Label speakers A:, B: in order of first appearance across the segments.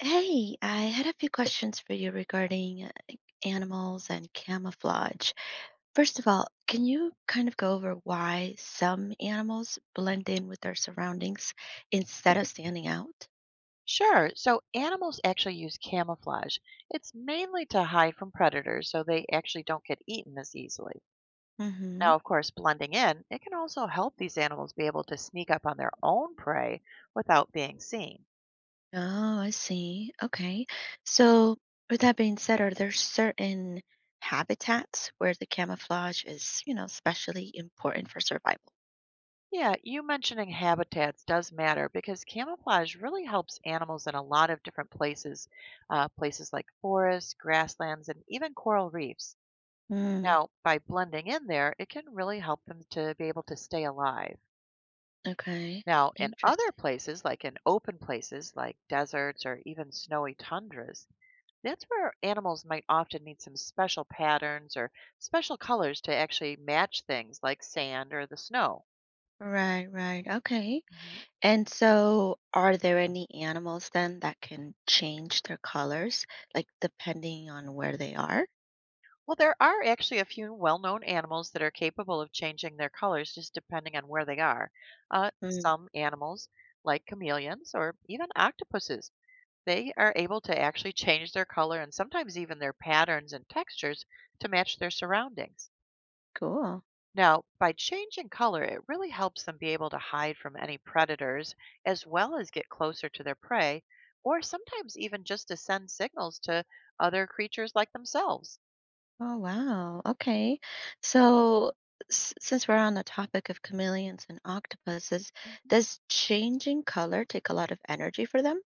A: Hey, I had a few questions for you regarding animals and camouflage. First of all, can you kind of go over why some animals blend in with their surroundings instead of standing out?
B: Sure. So animals actually use camouflage. It's mainly to hide from predators so they actually don't get eaten as easily.
A: Mm-hmm.
B: Now, of course, blending in, it can also help these animals be able to sneak up on their own prey without being seen.
A: Oh, I see. Okay. So, with that being said, are there certain habitats where the camouflage is, especially important for survival?
B: Yeah, you mentioning habitats does matter because camouflage really helps animals in a lot of different places, places like forests, grasslands, and even coral reefs.
A: Mm,
B: Now, by blending in there, it can really help them to be able to stay alive.
A: okay.
B: Now, in other
A: Interesting.
B: places, like in open places like deserts or even snowy tundras, that's where animals might often need some special patterns or special colors to actually match things like sand or the snow.
A: Right, right. Okay.
B: Mhm.
A: And so, are there any animals then that can change their colors, like depending on where they are?
B: Well, there are actually a few well known animals that are capable of changing their colors just depending on where they are. Uh,
A: Mm,
B: some animals, like chameleons or even octopuses, they are able to actually change their color and sometimes even their patterns and textures to match their surroundings.
A: cool.
B: Now, by changing color, it really helps them be able to hide from any predators as well as get closer to their prey, or sometimes even just to send signals to other creatures like themselves.
A: Oh, wow. Okay. So, since we're on the topic of chameleons and octopuses,
B: Mhm.
A: does changing color take a lot of energy for them?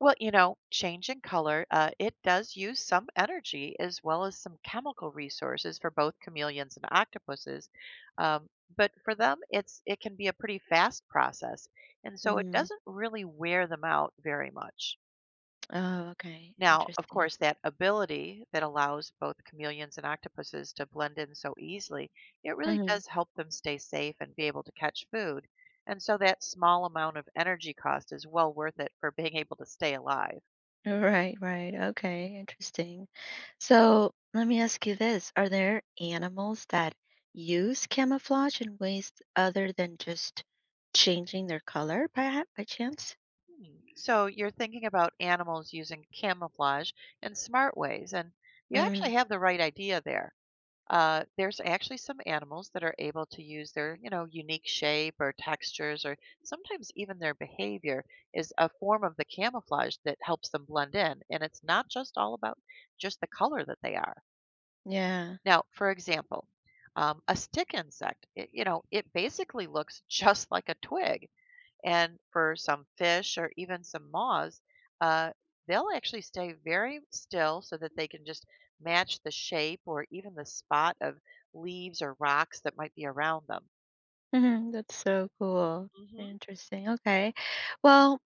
B: Well, changing color, it does use some energy as well as some chemical resources for both chameleons and octopuses. Um, but for them, it can be a pretty fast process, and so it
A: Mm.
B: doesn't really wear them out very much.
A: Oh, okay.
B: Now, of
A: Interesting.
B: course, that ability that allows both chameleons and octopuses to blend in so easily, it really
A: Mhm.
B: does help them stay safe and be able to catch food. And so that small amount of energy cost is well worth it for being able to stay alive.
A: Right, right. Okay, interesting. So let me ask you this. Are there animals that use camouflage in ways other than just changing their color by, chance?
B: Hmm. So you're thinking about animals using camouflage in smart ways, and you
A: Mm,
B: actually have the right idea there. There's actually some animals that are able to use their, unique shape or textures, or sometimes even their behavior is a form of the camouflage that helps them blend in. And it's not just all about just the color that they are.
A: yeah.
B: Now, for example, a stick insect, it, it basically looks just like a twig, and for some fish or even some moths, uh, they'll actually stay very still so that they can just match the shape or even the spot of leaves or rocks that might be around them.
A: That's so cool.
B: Hmm.
A: Interesting. Okay. Well,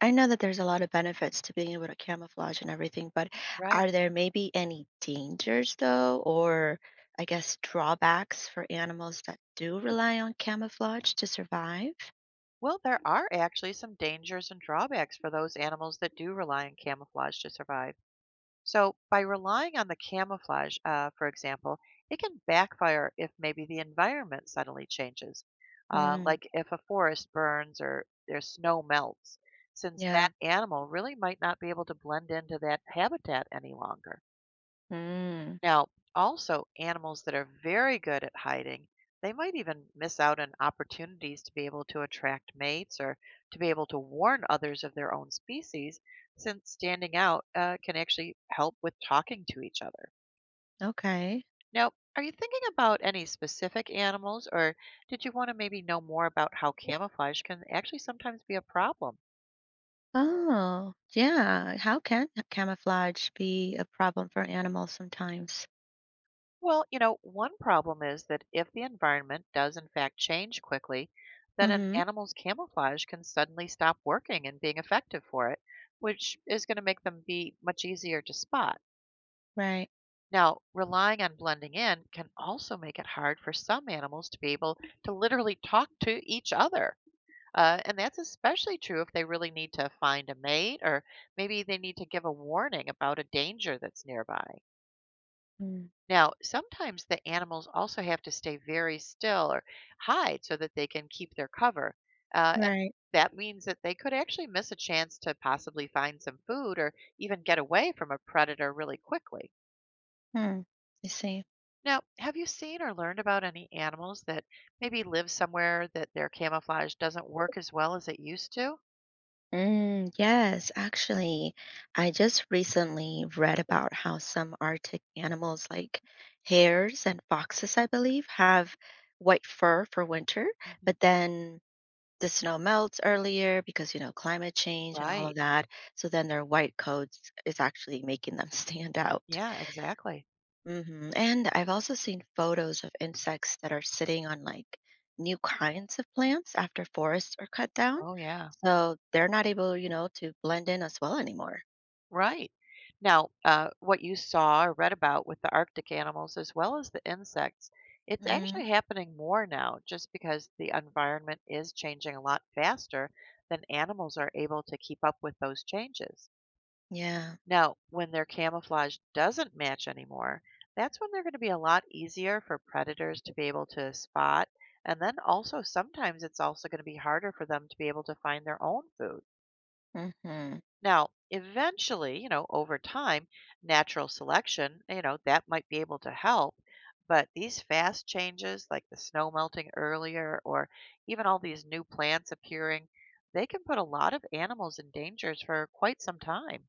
A: I know that there's a lot of benefits to being able to camouflage and everything, but
B: Right.
A: are there maybe any dangers though, or I guess drawbacks for animals that do rely on camouflage to survive?
B: Well, there are actually some dangers and drawbacks for those animals that do rely on camouflage to survive. So, by relying on the camouflage, for example, it can backfire if maybe the environment suddenly changes,
A: Mm,
B: like if a forest burns or there's snow melts, since
A: yeah.
B: that animal really might not be able to blend into that habitat any longer.
A: Mm,
B: Now, also animals that are very good at hiding, they might even miss out on opportunities to be able to attract mates or to be able to warn others of their own species, since standing out can actually help with talking to each other.
A: okay.
B: Now, are you thinking about any specific animals, or did you want to maybe know more about how camouflage can actually sometimes be a problem?
A: Oh, yeah. How can camouflage be a problem for animals sometimes?
B: Well, one problem is that if the environment does in fact change quickly, then an
A: Mm-hmm.
B: animal's camouflage can suddenly stop working and being effective for it, which is going to make them be much easier to spot.
A: Right.
B: Now, relying on blending in can also make it hard for some animals to be able to literally talk to each other. And that's especially true if they really need to find a mate or maybe they need to give a warning about a danger that's nearby.
A: Mm,
B: Now, sometimes the animals also have to stay very still or hide so that they can keep their cover. And
A: right.
B: that means that they could actually miss a chance to possibly find some food or even get away from a predator really quickly.
A: Hmm. I see.
B: Now, have you seen or learned about any animals that maybe live somewhere that their camouflage doesn't work as well as it used to?
A: Mm, yes, actually, I just recently read about how some Arctic animals like hares and foxes, I believe, have white fur for winter,
B: Mhm.
A: but then the snow melts earlier because, climate change and all of
B: Right.
A: that. So then their white coats is actually making them stand out.
B: Yeah, exactly.
A: Hmm. And I've also seen photos of insects that are sitting on like new kinds of plants after forests are cut down.
B: Oh, yeah.
A: So they're not able, to blend in as well anymore.
B: Right. Now, what you saw or read about with the Arctic animals as well as the insects, it's
A: Hmm.
B: actually happening more now just because the environment is changing a lot faster than animals are able to keep up with those changes.
A: Yeah.
B: Now, when their camouflage doesn't match anymore, that's when they're going to be a lot easier for predators to be able to spot. And then also, sometimes it's also going to be harder for them to be able to find their own food.
A: Hmm.
B: Now, eventually, over time, natural selection, that might be able to help. But these fast changes, like the snow melting earlier or even all these new plants appearing, they can put a lot of animals in dangers for quite some time.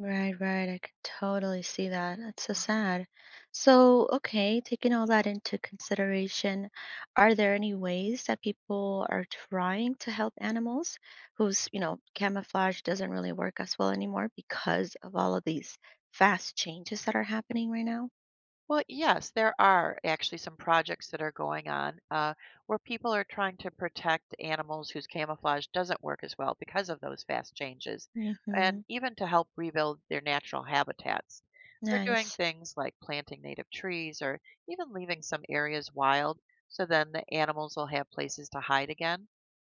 A: Right, right. I could totally see that. That's so sad. So, okay, taking all that into consideration, are there any ways that people are trying to help animals whose, camouflage doesn't really work as well anymore because of all of these fast changes that are happening right now?
B: Well, yes, there are actually some projects that are going on where people are trying to protect animals whose camouflage doesn't work as well because of those fast changes,
A: Mm-hmm.
B: and even to help rebuild their natural habitats. They're doing
A: Nice.
B: things like planting native trees or even leaving some areas wild so then the animals will have places to hide again.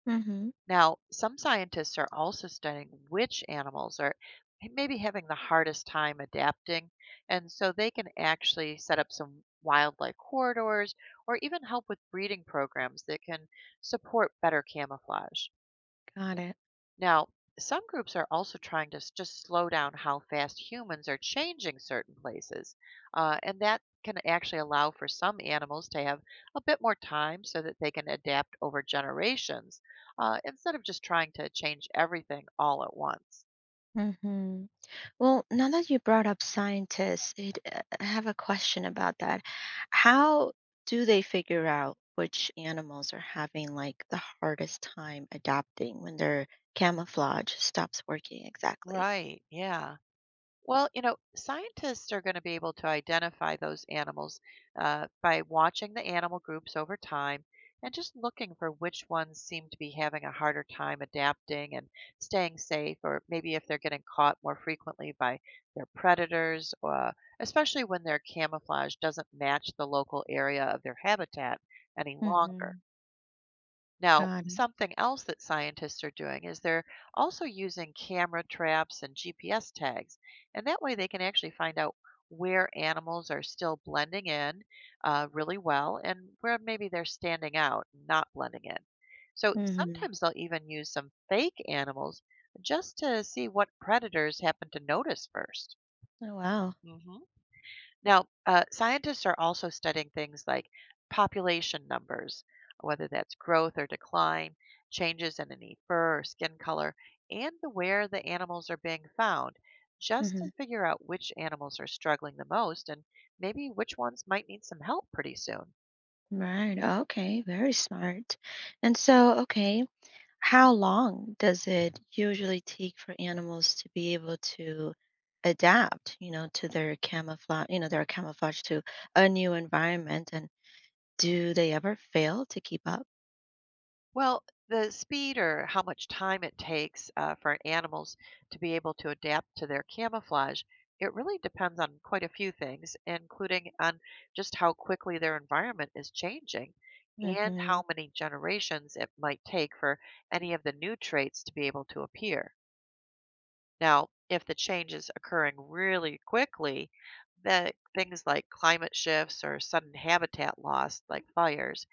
A: Mm-hmm.
B: Now, some scientists are also studying which animals are maybe having the hardest time adapting, and so they can actually set up some wildlife corridors or even help with breeding programs that can support better camouflage.
A: Got it.
B: Now, some groups are also trying to just slow down how fast humans are changing certain places, and that can actually allow for some animals to have a bit more time so that they can adapt over generations instead of just trying to change everything all at once.
A: Mm-hmm. Well, now that you brought up scientists, I have a question about that. How do they figure out which animals are having like the hardest time adapting when their camouflage stops working exactly?
B: Right. Yeah. Well, scientists are going to be able to identify those animals by watching the animal groups over time and just looking for which ones seem to be having a harder time adapting and staying safe, or maybe if they're getting caught more frequently by their predators, especially when their camouflage doesn't match the local area of their habitat any longer.
A: Mm-hmm.
B: Now,
A: God.
B: something else that scientists are doing is they're also using camera traps and GPS tags. And that way they can actually find out where animals are still blending in really well and where maybe they're standing out, not blending in. So
A: Hmm.
B: sometimes they'll even use some fake animals just to see what predators happen to notice 1st.
A: Oh, wow.
B: Now, scientists are also studying things like population numbers, whether that's growth or decline, changes in any fur or skin color, and the where the animals are being found, just
A: Hmm.
B: to figure out which animals are struggling the most and maybe which ones might need some help pretty soon.
A: Right. Okay. Very smart. And so, okay. How long does it usually take for animals to be able to adapt, to their camouflage, their camouflage to a new environment? And do they ever fail to keep up?
B: Well, the speed or how much time it takes for animals to be able to adapt to their camouflage, it really depends on quite a few things, including on just how quickly their environment is changing and
A: Mm-hmm.
B: how many generations it might take for any of the new traits to be able to appear. Now, if the change is occurring really quickly, that things like climate shifts or sudden habitat loss, like fires,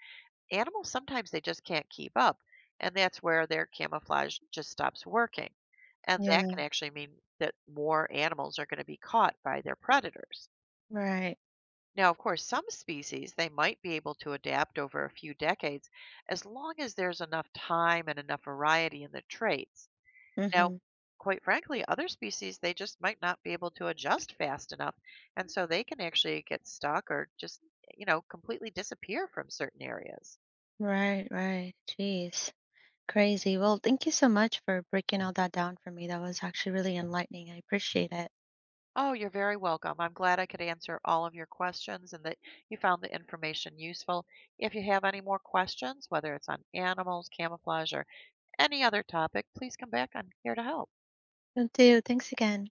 B: animals sometimes they just can't keep up, and that's where their camouflage just stops working. And that
A: Yeah,
B: can actually mean that more animals are going to be caught by their predators.
A: right.
B: Now, of course, some species they might be able to adapt over a few decades as long as there's enough time and enough variety in the traits. Now,
A: Mm-hmm.
B: quite frankly, other species they just might not be able to adjust fast enough, and so they can actually get stuck or just, completely disappear from certain areas.
A: Right, right. Jeez, crazy. Well, thank you so much for breaking all that down for me. That was actually really enlightening. I appreciate it.
B: Oh, you're very welcome. I'm glad I could answer all of your questions and that you found the information useful. If you have any more questions, whether it's on animals, camouflage, or any other topic, please come back. I'm here to help.
A: Thank you. Thanks again.